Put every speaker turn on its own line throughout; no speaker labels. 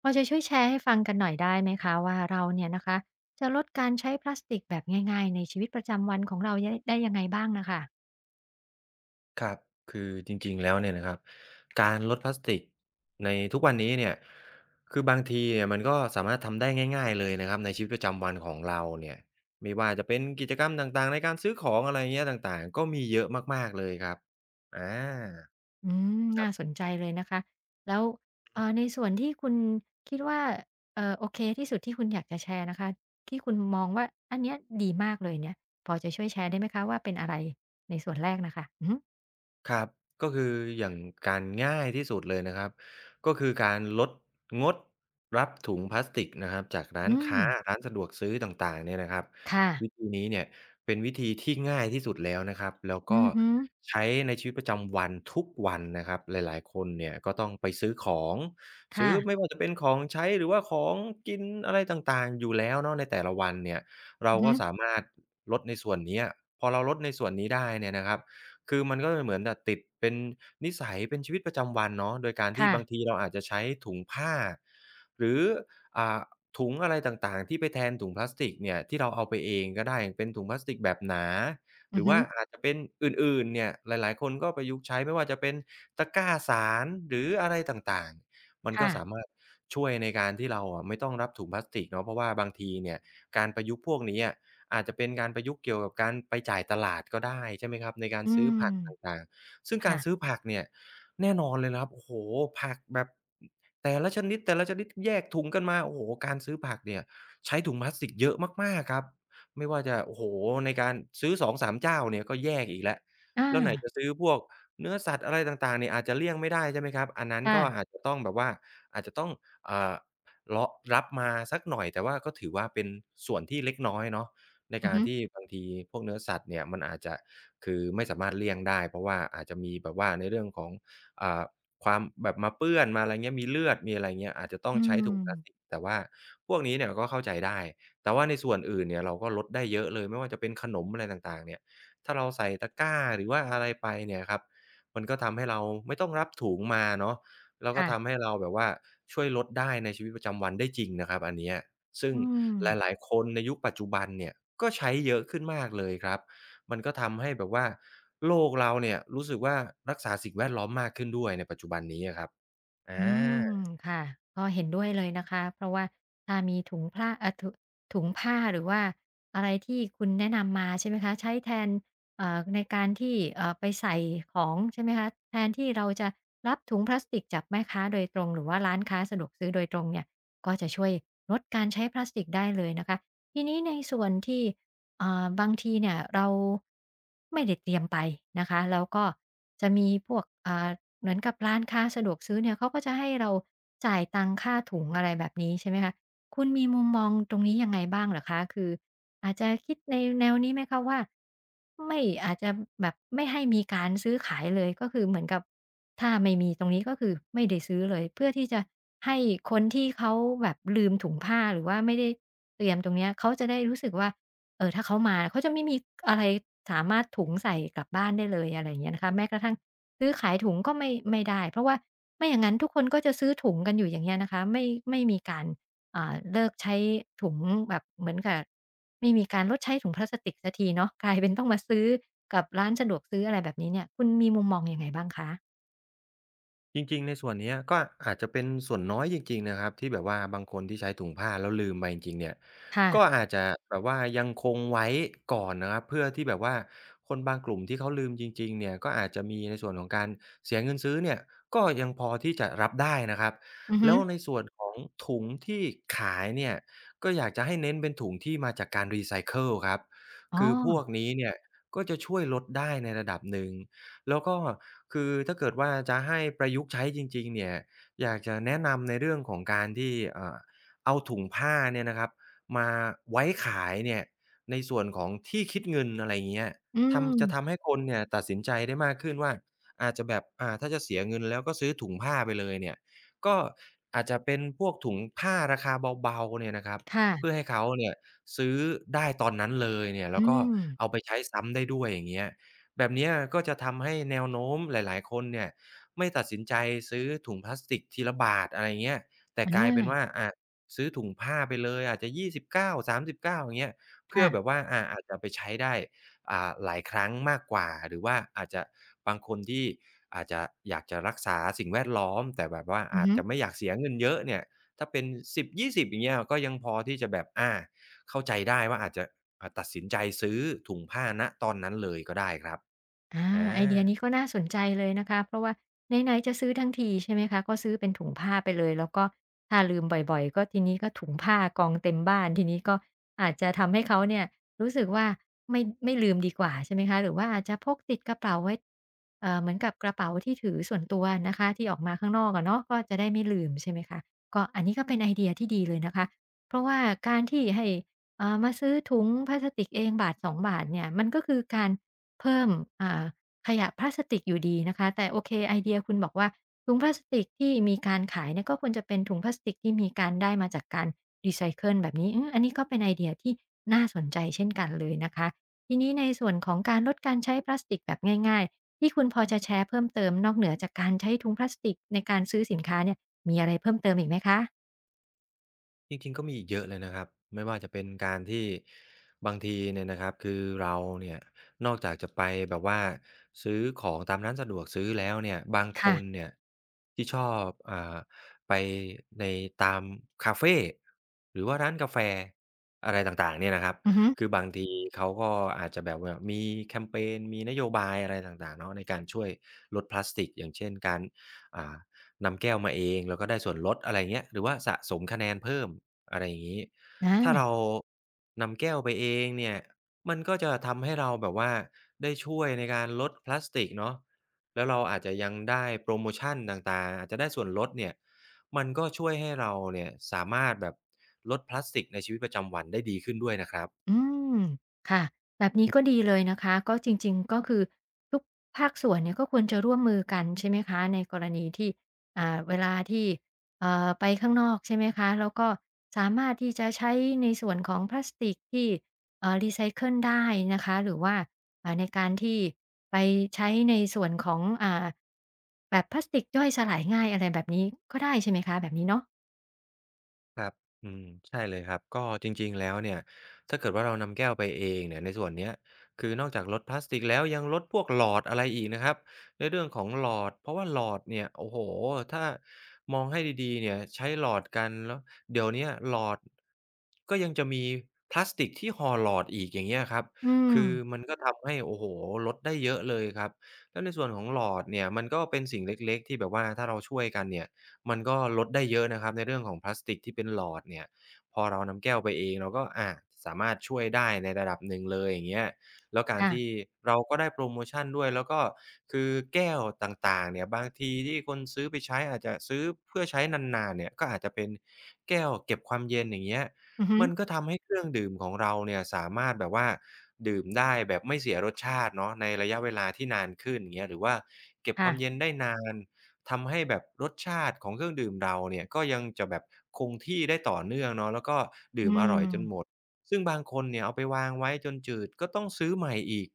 พอจะช่วยแชร์ให้ฟังกันหน่อยได้ไหมคะว่าเราเนี่ยนะคะจะลดการใช้พลาสติกแบบง่ายๆในชีวิตประจำวันของเราได้ยังไงบ้างน่ะค่ะ
ครับคือจริงๆแล้วเนี่ยนะครับการลดพลาสติกในทุกวันนี้เนี่ยคือบางทีเนี่ยมันก็สามารถทำได้ง่ายๆเลยนะครับในชีวิตประจำวันของเราเนี่ยไม่ว่าจะเป็นกิจกรรมต่างๆในการซื้อของอะไรเงี้ยต่างๆก็มีเยอะมากๆเลยครับอา
อืมน่าสนใจเลยนะคะแล้วในส่วนที่คุณคิดว่าโอเคที่สุดที่คุณอยากจะแชร์นะคะที่คุณมองว่าอันเนี้ยดีมากเลยเนี่ยพอจะช่วยแชร์ได้ไหมคะว่าเป็นอะไรในส่วนแรกน่ะค่ะอือฮึ
ครับก็คืออย่างการง่ายที่สุดเลยนะครับก็คือการลดงดรับถุงพลาสติกนะครับจากร้าน
อืม
ค้าร้านสะดวกซื้อต่างๆเนี่ยนะครับ
ค่ะ
วิธีนี้เนี่ยเป็นวิธีที่ง่ายที่สุดแล้วนะครับแล้ว
อื
ก็
อฮึ
ใช้ในชีวิตประจำวันทุกวันนะครับหลายๆคนเนี่ยก็ต้องไปซื้อของซื้อ
ค่ะ
ไม่ว่าจะเป็นของใช้หรือว่าของกินอะไรต่างๆอยู่แล้วเนาะในแต่ละวันเนี่ยเรา
อือฮึ
ก็สามารถลดในส่วนนี้อะพอเราลดในส่วนนี้ได้เนี่ยนะครับ คือมันก็เหมือนแบบติดเป็นนิสัยเป็นชีวิตประจำวันเนาะโดยการที่บาง
ค่ะ
ทีเราอาจจะใช้ถุงผ้าหรืออ่าถุงอะไรต่างๆที่ไปแทนถุงพลาสติกเนี่ยที่เราเอาไปเองก็ได้เป็นถุงพลาสติกแบบหนาห
อือ
รือ
ฮึ
ว่าอาจจะเป็นอื่นๆเนี่ยหลายๆคนก็ประยุกต์ใช้ไม่ว่าจะเป็นตะกร้าสารหรืออะไรต่างๆมันก็
ค่ะ
สามารถช่วยในการที่เราอะไม่ต้องรับถุงพลาสติกเนาะเพราะว่าบางทีเนี่ยการประยุกต์พวกนี้อะ อาจจะเป็นการประยุกต์เกี่ยวกับการไปจ่ายตลาดก็ได้ใช่ไหมครับในการ
อื
ซื้อ
ม
ผักต่างๆซึ่งการ
ค่ะ
ซื้อผักเนี่ยแน่นอนเลยนะครับโอ้โฮผักแบบแต่ละชนิดแต่ละชนิดแยกถุงกันมาโอ้โฮการซื้อผักเนี่ยใช้ถุงพลาสติกเยอะมากๆครับไม่ว่าจะโอ้โฮในการซื้อสองสามเจ้าเนี่ยก็แยกอีกแล้วแล้วไหน
อา
จะซื้อพวกเนื้อสัตว์อะไรต่างๆเนี่ยอาจจะเลี่ยงไม่ได้ใช่ไหมครับอันนั้นก็อา
ค่ะ
จจะต้องแบบว่าอาจจะต้องเอ่อเลาะรับมาสักหน่อยแต่ว่าก็ถือว่าเป็นส่วนที่เล็กน้อยเนาะ ใน
อือ
การ
ฮึ
ที่บางทีพวกเนื้อสัตว์เนี่ยมันอาจจะคือไม่สามารถเลี่ยงได้เพราะว่าอาจจะมีแบบว่าในเรื่องของอ่าความแบบมาเปื้อนมาอะไรเงี้ยมีเลือดมีอะไรเงี้ยอาจจะต้อง
อื
ใช้ถุง
ม
พลาสติกแต่ว่าพวกนี้เนี่ยก็เข้าใจได้แต่ว่าในส่วนอื่นเนี่ยเราก็ลดได้เยอะเลยไม่ว่าจะเป็นขนมอะไรต่างๆเนี่ยถ้าเราใส่ตะกร้าหรือว่าอะไรไปเนี่ยครับมันก็ทำให้เราไม่ต้องรับถุงมาเนาะแล้วก็
ค่ะ
ทำให้เราแบบว่าช่วยลดได้ในชีวิตประจำวันได้จริงนะครับอันเนี้ย ซึ่ง
อืม
หลายๆคนในยุคปัจจุบันเนี่ยก็ใช้เยอะขึ้นมากเลยครับ มันก็ทำให้แบบว่าโลกเราเนี่ยรู้สึกว่ารักษาสิ่งแวดล้อมมากขึ้นด้วยในปัจจุบันนี้อะครับอ
อืม
า
ค่ะก็เห็นด้วยเลยนะคะ เพราะว่าถ้ามีถุงพลาเอ่อถุถุงผ้าหรือว่าอะไรที่คุณแนะนำมาใช่ไหมคะ ใช้แทนในการที่ไปใส่ของใช่ไหมคะแทนที่เราจะรับถุงพลาสติกจากแม่ค้าโดยตรงหรือว่าร้านค้าสะดวกซื้อโดยตรงเนี่ยก็จะช่วยลดการใช้พลาสติกได้เลยนะคะทีนี้ในส่วนที่ บางทีเนี่ยเราไม่ได้เตรียมไปนะคะแล้วก็จะมีพวกเหมือนกับร้านค้าสะดวกซื้อเนี่ยเขาก็จะให้เราจ่ายตังค่าถุงอะไรแบบนี้ใช่ไหมคะคุณมีมุมมองตรงนี้ยังไงบ้างเหรอคะคืออาจจะคิดในแนวนี้ไหมคะว่าไม่อาจจะแบบไม่ให้มีการซื้อขายเลยก็คือเหมือนกับถ้าไม่มีตรงนี้ก็คือไม่ได้ซื้อเลยเพื่อที่จะให้คนที่เขาแบบลืมถุงผ้าหรือว่าไม่ได้เตรียมตรงเนี้ยเขาจะได้รู้สึกว่า เออถ้าเขามาเขาจะไม่มีอะไรสามารถถุงใส่กลับบ้านได้เลยอะไรอย่างเงี้ยนะคะแม้กระทั่งซื้อขายถุงก็ไม่ได้เพราะว่าไม่อย่างนั้นทุกคนก็จะซื้อถุงกันอยู่อย่างเงี้ยนะคะไม่มีการเลิกใช้ถุงแบบเหมือนกับไม่มีการลดใช้ถุงพลาสติกสักทีเนาะกลายเป็นต้องมาซื้อกับร้านสะดวกซื้ออะไรแบบนี้เนี่ยคุณมีมุมมองยังไงบ้างคะ
จริงๆในส่วนเนี้ยก็อาจจะเป็นส่วนน้อยจริงๆนะครับที่แบบว่าบางคนที่ใช้ถุงผ้าแล้วลืมไปจริงๆเนี่ยก็
ค่ะ
อาจจะแบบว่ายังคงไว้ก่อนนะครับเพื่อที่แบบว่าคนบางกลุ่มที่เขาลืมจริงๆเนี่ยก็อาจจะมีในส่วนของการเสียเงินซื้อเนี่ยก็ยังพอที่จะรับได้นะครับ
อือฮึ
แล้วในส่วนของถุงที่ขายเนี่ยก็อยากจะให้เน้นเป็นถุงที่มาจากการรีไซเคิลครับ
อ๋
คือพวก
อ
นี้เนี่ยก็จะช่วยลดได้ในระดับหนึ่ง แล้วก็คือถ้าเกิดว่าจะให้ประยุกต์ใช้จริงๆเนี่ยอยากจะแนะนำในเรื่องของการที่เอาถุงผ้าเนี่ยนะครับมาไว้ขายเนี่ยในส่วนของที่คิดเงินอะไรอย่างเงี้ย
อื
ทำจะ
ม
ทำให้คนเนี่ยตัดสินใจได้มากขึ้นว่าอาจจะแบบถ้าจะเสียเงินแล้วก็ซื้อถุงผ้าไปเลยเนี่ยก็อาจจะเป็นพวกถุงผ้าราคาเบาๆเนี่ยนะครับเพื่อ
ค่ะ
ให้เขาเนี่ยซื้อได้ตอนนั้นเลยเนี่ยแล้
อื
วก็
ม
เอาไปใช้ซ้ำได้ด้วยอย่างเงี้ย แบบเนี้ยก็จะทำให้แนวโน้มหลายๆคนเนี่ยไม่ตัดสินใจซื้อถุงพลาสติกทีละบาทอะไรเงี้ยแต่กลายเป็นว่า
อา
อะซื้อถุงผ้าไปเลยอาจจะ29้าสามสิบเก้าอย่างเงี้ยเพื่อแบบ
ค่ะ
ว่าอาจจะไปใช้ได้หลายครั้งมากกว่าหรือว่าอาจจะบางคนที่อาจจะอยากจะรักษาสิ่งแวดล้อมแต่แบบว่า
อือ
อาจ
ฮึ
จะไม่อยากเสียเงินเยอะเนี่ยถ้าเป็น10-20อย่างเงี้ยก็ยังพอที่จะแบบอาเข้าใจได้ว่าอาจจะตัดสินใจซื้อถุงผ้าณตอนนั้นเลยก็ได้ครับ
อา
อา
ไอเดียนี้ก็น่าสนใจเลยนะคะเพราะว่าไหนๆจะซื้อทั้งทีใช่ไหมคะก็ซื้อเป็นถุงผ้าไปเลยแล้วก็ถ้าลืมบ่อยๆก็ทีนี้ก็ถุงผ้ากองเต็มบ้านทีนี้ก็อาจจะทำให้เขาเนี่ยรู้สึกว่าไม่ลืมดีกว่าใช่ไหมคะหรือว่าอาจจะพกติดกระเป๋าไว้เหมือนกับกระเป๋าที่ถือส่วนตัวนะคะที่ออกมาข้างนอกอะเนาะก็จะได้ไม่ลืมใช่ไหมคะก็อันนี้ก็เป็นไอเดียที่ดีเลยนะคะเพราะว่าการที่ให้มาซื้อถุงพลาสติกเองบาทสองบาทเนี่ยมันก็คือการ เพิ่มอ่าขยะพลาสติกอยู่ดีนะคะแต่โอเคไอเดียคุณบอกว่าถุงพลาสติกที่มีการขายเนี่ยก็ควรจะเป็นถุงพลาสติกที่มีการได้มาจากการรีไซเคิลแบบนี้อืมอันนี้ก็เป็นไอเดียที่น่าสนใจเช่นกันเลยนะคะทีนี้ในส่วนของการลดการใช้พลาสติกแบบง่ายๆที่คุณพอจะแชร์เพิ่มเติมนอกเหนือจากการใช้ถุงพลาสติกในการซื้อสินค้าเนี่ยมีอะไรเพิ่มเติมอีกไหมคะ
จริงๆก็มีอีกเยอะเลยนะครับไม่ว่าจะเป็นการที่บางทีเนี่ยนะครับคือเราเนี่ยนอกจากจะไปแบบว่าซื้อของตามร้านสะดวกซื้อแล้วเนี่ยบางค
ค่ะ
นเนี่ยที่ชอบอ่าไปในตามคาเฟหรือว่าร้านกาแฟอะไรต่างๆเนี่ยนะครับ
อือฮึ
คือบางทีเขาก็อาจจะแบบว่ามีแคมเพนมีนโยบายอะไรต่างๆเนาะในการช่วยลดพลาสติกอย่างเช่นการอ่า นำแก้วมาเองแล้วก็ได้ส่วนลดอะไรเงี้ยหรือว่าสะสมคะแนนเพิ่มอะไรอย่างงี้ถ้า
อา
เรานำแก้วไปเองเนี่ยมันก็จะทำให้เราแบบว่าได้ช่วยในการลดพลาสติกเนาะแล้วเราอาจจะยังได้โพรโมชันต่างๆอาจจะได้ส่วนลดเนี่ยมันก็ช่วยให้เราเนี่ยสามารถแบบลดพลาสติกในชีวิตประจำวันได้ดีขึ้นด้วยนะครับ
อืมค่ะแบบนี้ก็ดีเลยนะคะก็จริงๆก็คือทุกภาคส่วนเนี่ยก็ควรจะร่วมมือกันใช่ไหมคะในกรณีที่เวลาที่ไปข้างนอกใช่ไหมคะแล้วก็สามารถที่จะใช้ในส่วนของพลาสติกที่รีไซเคิลได้นะคะหรือว่าในการที่ไปใช้ในส่วนของแบบพลาสติกย่อยสลายง่ายอะไรแบบนี้ก็ได้ใช่ไหมคะแบบนี้เนาะ
ครับอืมใช่เลยครับก็จริงๆแล้วเนี่ยถ้าเกิดว่าเรานำแก้วไปเองเนี่ยในส่วนเนี้ยคือนอกจากลดพลาสติกแล้วยังลดพวกหลอดอะไรอีกนะครับในเรื่องของหลอดเพราะว่าหลอดเนี่ยโอ้โฮถ้ามองให้ดีๆเนี่ยใช้หลอดกันแล้วเดี๋ยวเนี้ยหลอดก็ยังจะมีพลาสติกที่ห่อหลอดอีกอย่างเงี้ยครับ
อืม
คือมันก็ทำให้โอ้โฮลดได้เยอะเลยครับแล้วในส่วนของหลอดเนี่ยมันก็เป็นสิ่งเล็กๆที่แบบว่าถ้าเราช่วยกันเนี่ย มันก็ลดได้เยอะนะครับในเรื่องของพลาสติกที่เป็นหลอดเนี่ยพอเรานำแก้วไปเองเราก็อาสามารถช่วยได้ในระดับหนึ่งเลยอย่างเงี้ยแล้วการที่
ค่ะ
เราก็ได้โพรโมชันด้วยแล้วก็คือแก้วต่างๆเนี่ยบางทีที่คนซื้อไปใช้อาจจะซื้อเพื่อใช้นานๆเนี่ยก็อาจจะเป็นแก้วเก็บความเย็นอย่างเงี้ย
อือฮึ
มันก็ทำให้เครื่องดื่มของเราเนี่ยสามารถแบบว่าดื่มได้แบบไม่เสียรสชาติเนาะในระยะเวลาที่นานขึ้นอย่างเงี้ยหรือว่าเก็บค
ค่ะ
วามเย็นได้นาน ทำให้แบบรสชาติของเครื่องดื่มเราเนี่ยก็ยังจะแบบคงที่ได้ต่อเนื่องเนาะแล้วก็
อื
ดื่มอร่อยจนหมด
ม
ซึ่งบางคนเนี่ยเอาไปวางไว้จนจืดก็ต้องซื้อใหม่อีก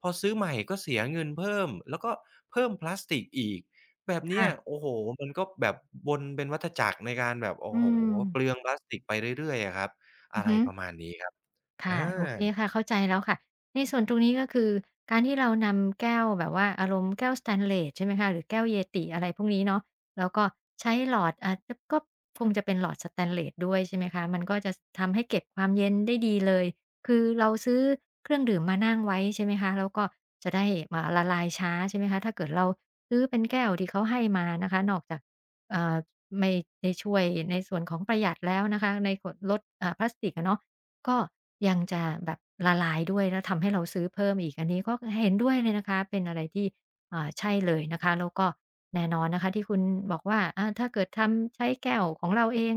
พอซื้อใหม่ก็เสียเงินเพิ่มแล้วก็เพิ่มพลาสติกอีกแบบเนี้
ค่ะ
ยโอ้โฮมันก็แบบวนเป็นวัฏจักรในการแบบโอ้
อื
โฮ
ม
เปลืองพลาสติกไปเรื่อยๆอะครับ
อื
อะ
อ
ไร
ฮึ
ประมาณนี้ครับอา
ค่ะโอเคค่ะเข้าใจแล้วค่ะในส่วนตรงนี้ก็คือการที่เรานำแก้วแบบว่าอารมณ์แก้วสเตนเลสใช่ไหมคะหรือแก้วเ e t i อะไรพวกนี้เนาะแล้วก็ใช้หลอดอ่าจก็คงจะเป็นหลอดสเตนเลสด้วยใช่ไหมคะมันก็จะทำให้เก็บความเย็นได้ดีเลยคือเราซื้อเครื่องดื่มมานั่งไว้ใช่ไหมคะแล้วก็จะได้ละลายช้าใช่ไหมคะถ้าเกิดเราซื้อเป็นแก้วที่เขาให้มานะคะนอกจากอ่าไม่ได้ช่วยในส่วนของประหยัดแล้วนะคะในขลดพลาสติกอะเนาะ ก็ยังจะแบบละลายด้วยแล้วทำให้เราซื้อเพิ่มอีกอันนี้ก็เห็นด้วยเลยนะคะเป็นอะไรที่ใช่เลยนะคะแล้วก็แน่นอนนะคะที่คุณบอกว่าถ้าเกิดทำใช้แก้วของเราเอง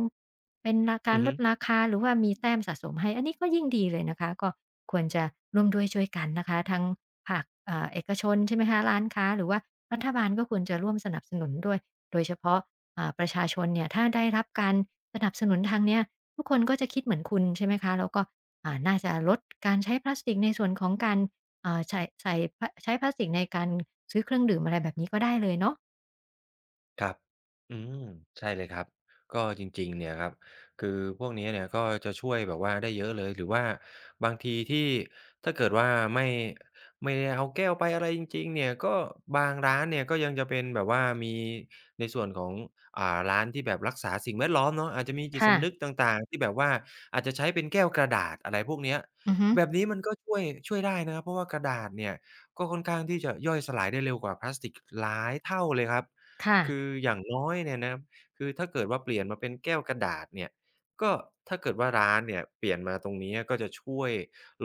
เป็นราการ
อือ
ล
ฮึ
ดราคาหรือว่ามีแต้มสะสมให้อันนี้ก็ยิ่งดีเลยนะคะก็ควรจะร่วมด้วยช่วยกันนะคะทั้งภาคเอกชนใช่ไหมคะร้านค้าหรือว่ารัฐบาลก็ควรจะร่วมสนับสนุนด้วยโดยเฉพาะประชาชนเนี่ยถ้าได้รับการสนับสนุนทางเนี้ย ทุกคนก็จะคิดเหมือนคุณใช่ไหมคะแล้วก็น่าจะลดการใช้พลาสติกในส่วนของการใช้พลาสติกในการซื้อเครื่องดื่มอะไรแบบนี้ก็ได้เลยเนาะ
ครับอืมใช่เลยครับ ก็จริงๆเนี่ยครับคือพวกนี้เนี่ยก็จะช่วยแบบว่าได้เยอะเลย หรือว่าบางทีที่ถ้าเกิดว่าไม่ไม่ได้เอาแก้วไปอะไรจริงๆเนี่ยก็บางร้านเนี่ยก็ยังจะเป็นแบบว่ามีในส่วนของอ่าร้านที่แบบรักษาสิ่งแวดล้อมเนาะอาจจะมีจิตสำนึก
ค่ะ
ต่างๆที่แบบว่าอาจจะใช้เป็นแก้วกระดาษอะไรพวกเนี้ย
อือฮึ
แบบนี้มันก็ช่วยได้นะครับเพราะว่ากระดาษเนี่ยก็ค่อนข้างที่จะย่อยสลายได้เร็วกว่าพลาสติกหลายเท่าเลยครับ
ค่ะ
คืออย่างน้อยเนี่ยนะครับคือถ้าเกิดว่าเปลี่ยนมาเป็นแก้วกระดาษเนี่ยก็ถ้าเกิดว่าร้านเนี่ยเปลี่ยนมาตรงนี้ก็จะช่วย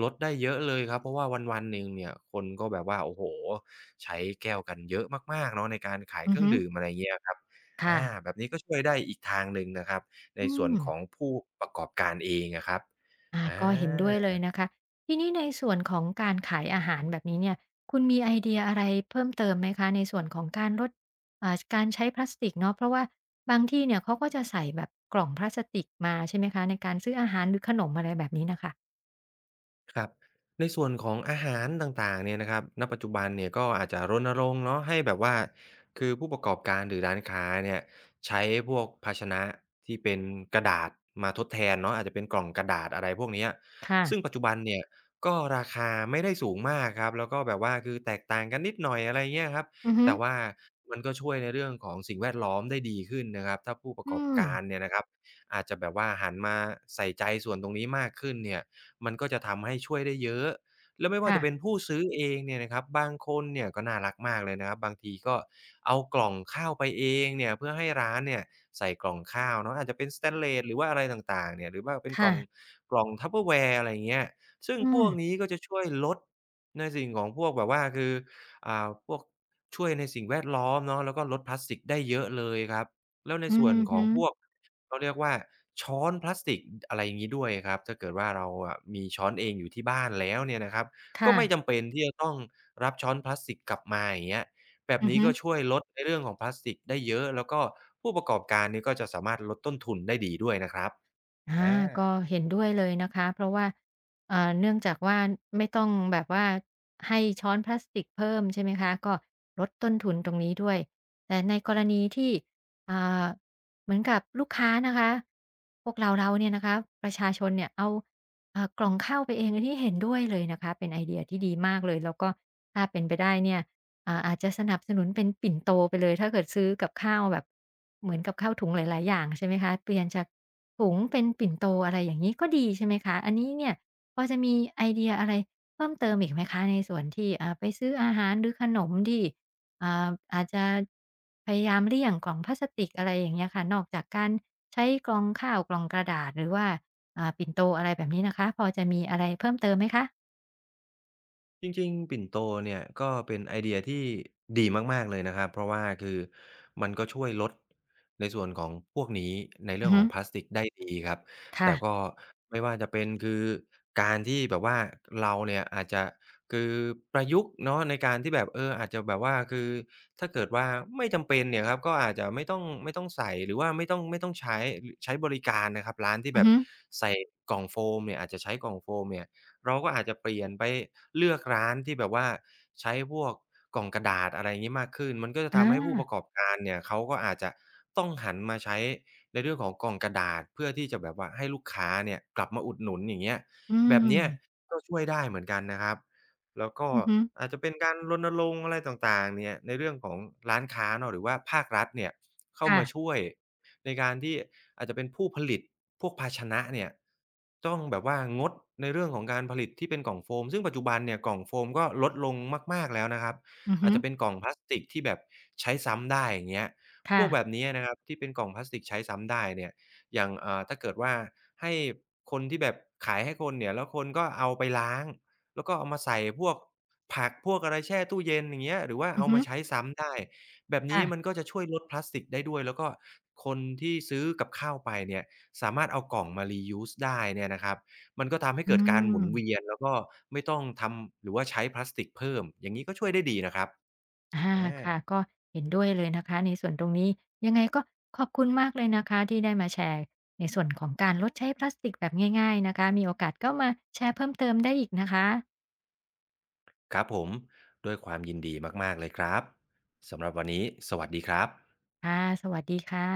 ลดได้เยอะเลยครับเพราะว่าวันๆหนึ่งเนี่ยคนก็แบบว่าโอ้โฮใช้แก้วกันเยอะมากๆเนาะในการขาย
อื
เค
อ
รื่อ
ฮึ
งดื่มอะไรเงี้ยครับอา
ค่ะ
แบบนี้ก็ช่วยได้อีกทางหนึ่งนะครับใน
อื
ส่วน
ม
ของผู้ประกอบการเองอะครับอ
ก็เห็นด้วยเล
า
ยนะคะทีนี้ในส่วนของการขายอาหารแบบนี้เนี่ยคุณมีไอเดียอะไรเพิ่มเติมไหมคะในส่วนของการลดการใช้พลาสติกเนาะเพราะว่าบางที่เนี่ยเขาก็จะใส่แบบกล่องพลาสติกมาใช่ไหมคะในการซื้ออาหารหรือขนมอะไรแบบนี้น่ะค่ะ
ครับในส่วนของอาหารต่างๆเนี่ยนะครับณปัจจุบันเนี่ยก็อาจจะรณรงค์เนาะให้แบบว่าคือผู้ประกอบการหรือร้านค้าเนี่ยใช้พวกภาชนะที่เป็นกระดาษมาทดแทนเนาะอาจจะเป็นกล่องกระดาษอะไรพวกเนี้ยซึ่ง
ค่ะ
ปัจจุบันเนี่ยก็ราคาไม่ได้สูงมากครับแล้วก็แบบว่าคือแตกต่างกันนิดหน่อยอะไรเงี้ยครับ
อือฮึ
แต่ว่ามันก็ช่วยในเรื่องของสิ่งแวดล้อมได้ดีขึ้นนะครับถ้าผู้ประ
อื
กอบ
ม
การเนี่ยนะครับอาจจะแบบว่าหันมาใส่ใจส่วนตรงนี้มากขึ้นเนี่ย มันก็จะทำให้ช่วยได้เยอะ แล้วไม่ว่าจะเป็น
ค่ะ
ผู้ซื้อเองเนี่ยนะครับบางคนเนี่ยก็น่ารักมากเลยนะครับ บางทีก็เอากล่องข้าวไปเองเนี่ยเพื่อให้ร้านเนี่ยใส่กล่องข้าวเนาะอาจจะเป็นสเตนเลสหรือว่าอะไรต่างๆเนี่ยหรือว่าเป็นก
ค่ะ
ล่องTupperware อะไรอย่างเงี้ยซึ่ง
อื
พว
ม
กนี้ก็จะช่วยลดในสิ่งของพวกแบบว่าคือพวกช่วยในสิ่งแวดล้อมเนาะแล้วก็ลดพลาสติกได้เยอะเลยครับ แล้วใน
อื
ส่วน
อ
ขอ
ฮึ
งพวก เขาเรียกว่าช้อนพลาสติกอะไรอย่างงี้ด้วยครับถ้าเกิดว่าเราอะมีช้อนเองอยู่ที่บ้านแล้วเนี่ยนะครับก็
ค่ะ
ไม่จำเป็นที่จะต้องรับช้อนพลาสติกกลับมาอย่างเงี้ยแบบ
อือ
นี้
ฮึ
ก็ช่วยลดในเรื่องของพลาสติกได้เยอะแล้วก็ผู้ประกอบการเนี่ยก็จะสามารถลดต้นทุนได้ดีด้วยนะครับอ
อาก็
า
เห็นด้วยเลยนะคะเพราะว่าเนื่องจากว่าไม่ต้องแบบว่าให้ช้อนพลาสติกเพิ่มใช่ไหมคะก็ลดต้นทุนตรงนี้ด้วย แต่ในกรณีที่อ่าเหมือนกับลูกค้านะคะพวกเราเนี่ยนะคะประชาชนเนี่ยเอาเอ่ากล่องข้าวไปเองอันนี้เห็นด้วยเลยนะคะเป็นไอเดียที่ดีมากเลยแล้วก็ถ้าเป็นไปได้เนี่ย อาจจะสนับสนุนเป็นปิ่นโตไปเลยถ้าเกิดซื้อกับข้าวแบบเหมือนกับข้าวถุงหลาย ๆ อย่างใช่ไหมคะเปลี่ยนจากถุงเป็นปิ่นโตอะไรอย่างงี้ก็ดีใช่ไหมคะอันนี้เนี่ยพอจะมีไอเดียอะไรเพิ่มเติมอีกไหมคะในส่วนที่ไปซื้ออาหารหรือขนมที่อาจจะพยายามเลี่ยงกล่องพลาสติกอะไรอย่างเงี้ยค่ะนอกจากการใช้กล่องข้าวกล่องกระดาษหรือว่าปิ่นโตอะไรแบบนี้นะคะพอจะมีอะไรเพิ่มเติมไหมคะ
จริงๆปิ่นโตเนี่ยก็เป็นไอเดียที่ดีมากๆเลยนะครับ เพราะว่าคือมันก็ช่วยลดในส่วนของพวกนี้ใน
อื
เรื่
อ
องข
ฮึ
องพลาสติกได้ดีครับ
ค่ะ
แต่ก็ไม่ว่าจะเป็นคือการที่แบบว่าเราเนี่ยอาจจะคือประยุกต์เนาะในการที่แบบอาจจะแบบว่าคือถ้าเกิดว่าไม่จำเป็นเนี่ยครับก็อาจจะไม่ต้องใส่หรือว่าไม่ต้องใช้บริการนะครับร้านที่
อื
แบ
อ
บ
ฮึ
ใส่กล่องโฟมเนี่ยอาจจะใช้กล่องโฟมเนี่ย เราก็อาจจะเปลี่ยนไปเลือกร้านที่แบบว่าใช้พวกกล่องกระดาษอะไรอย่างงี้มากขึ้นมันก็จะ
อา
ทำให้ผู้ประกอบการเนี่ยเขาก็อาจจะต้องหันมาใช้ในเรื่องของกล่องกระดาษเพื่อที่จะแบบว่าให้ลูกค้าเนี่ยกลับมาอุดหนุนอย่างเงี้ย
อื
แบบเนี้ย
ม
ก็ช่วยได้เหมือนกันนะครับแล้วก็
อือฮึ
อาจจะเป็นการรณรงค์อะไรต่างๆเนี่ยในเรื่องของร้านค้าเนาะหรือว่าภาครัฐเนี่ยเข้ามา
ค่ะ
ช่วย ในการที่อาจจะเป็นผู้ผลิตพวกภาชนะเนี่ยต้องแบบว่างดในเรื่องของการผลิตที่เป็นกล่องโฟมซึ่งปัจจุบันเนี่ยกล่องโฟมก็ลดลงมากๆแล้วนะครับ
อือ
อา
ฮึ
จจะเป็นกล่องพลาสติกที่แบบใช้ซ้ำได้อย่างเงี้ยพวกแบ
ค่ะ
บนี้นะครับที่เป็นกล่องพลาสติกใช้ซ้ำได้เนี่ยอย่างถ้าเกิดว่าให้คนที่แบบขายให้คนเนี่ยแล้วคนก็เอาไปล้างแล้วก็เอามาใส่พวกผักพวกอะไรแช่ตู้เย็นอย่างเงี้ยหรือว่า
อือ
เอา
ฮึ
มาใช้ซ้ำได้ แบบนี้มัน
ค่ะ
ก็จะช่วยลดพลาสติกได้ด้วยแล้วก็คนที่ซื้อกับข้าวไปเนี่ยสามารถเอากล่องมา reuse ได้เนี่ยนะครับมันก็ทำให้
อื
เกิดการหมุนเวีย
ม
นแล้วก็ไม่ต้องทำหรือว่าใช้พลาสติกเพิ่มอย่างงี้ก็ช่วยได้ดีนะครับ
อา
อา
ค่ะ ก็เห็นด้วยเลยนะคะในส่วนตรงนี้ยังไงก็ขอบคุณมากเลยนะคะที่ได้มาแชร์ในส่วนของการลดใช้พลาสติกแบบง่ายๆนะคะมีโอกาสก็มาแชร์เพิ่มเติมได้อีกนะคะ
ครับผมด้วยความยินดีมากๆเลยครับสำหรับวันนี้สวัสดีครับ
ค่ะสวัสดีค่ะ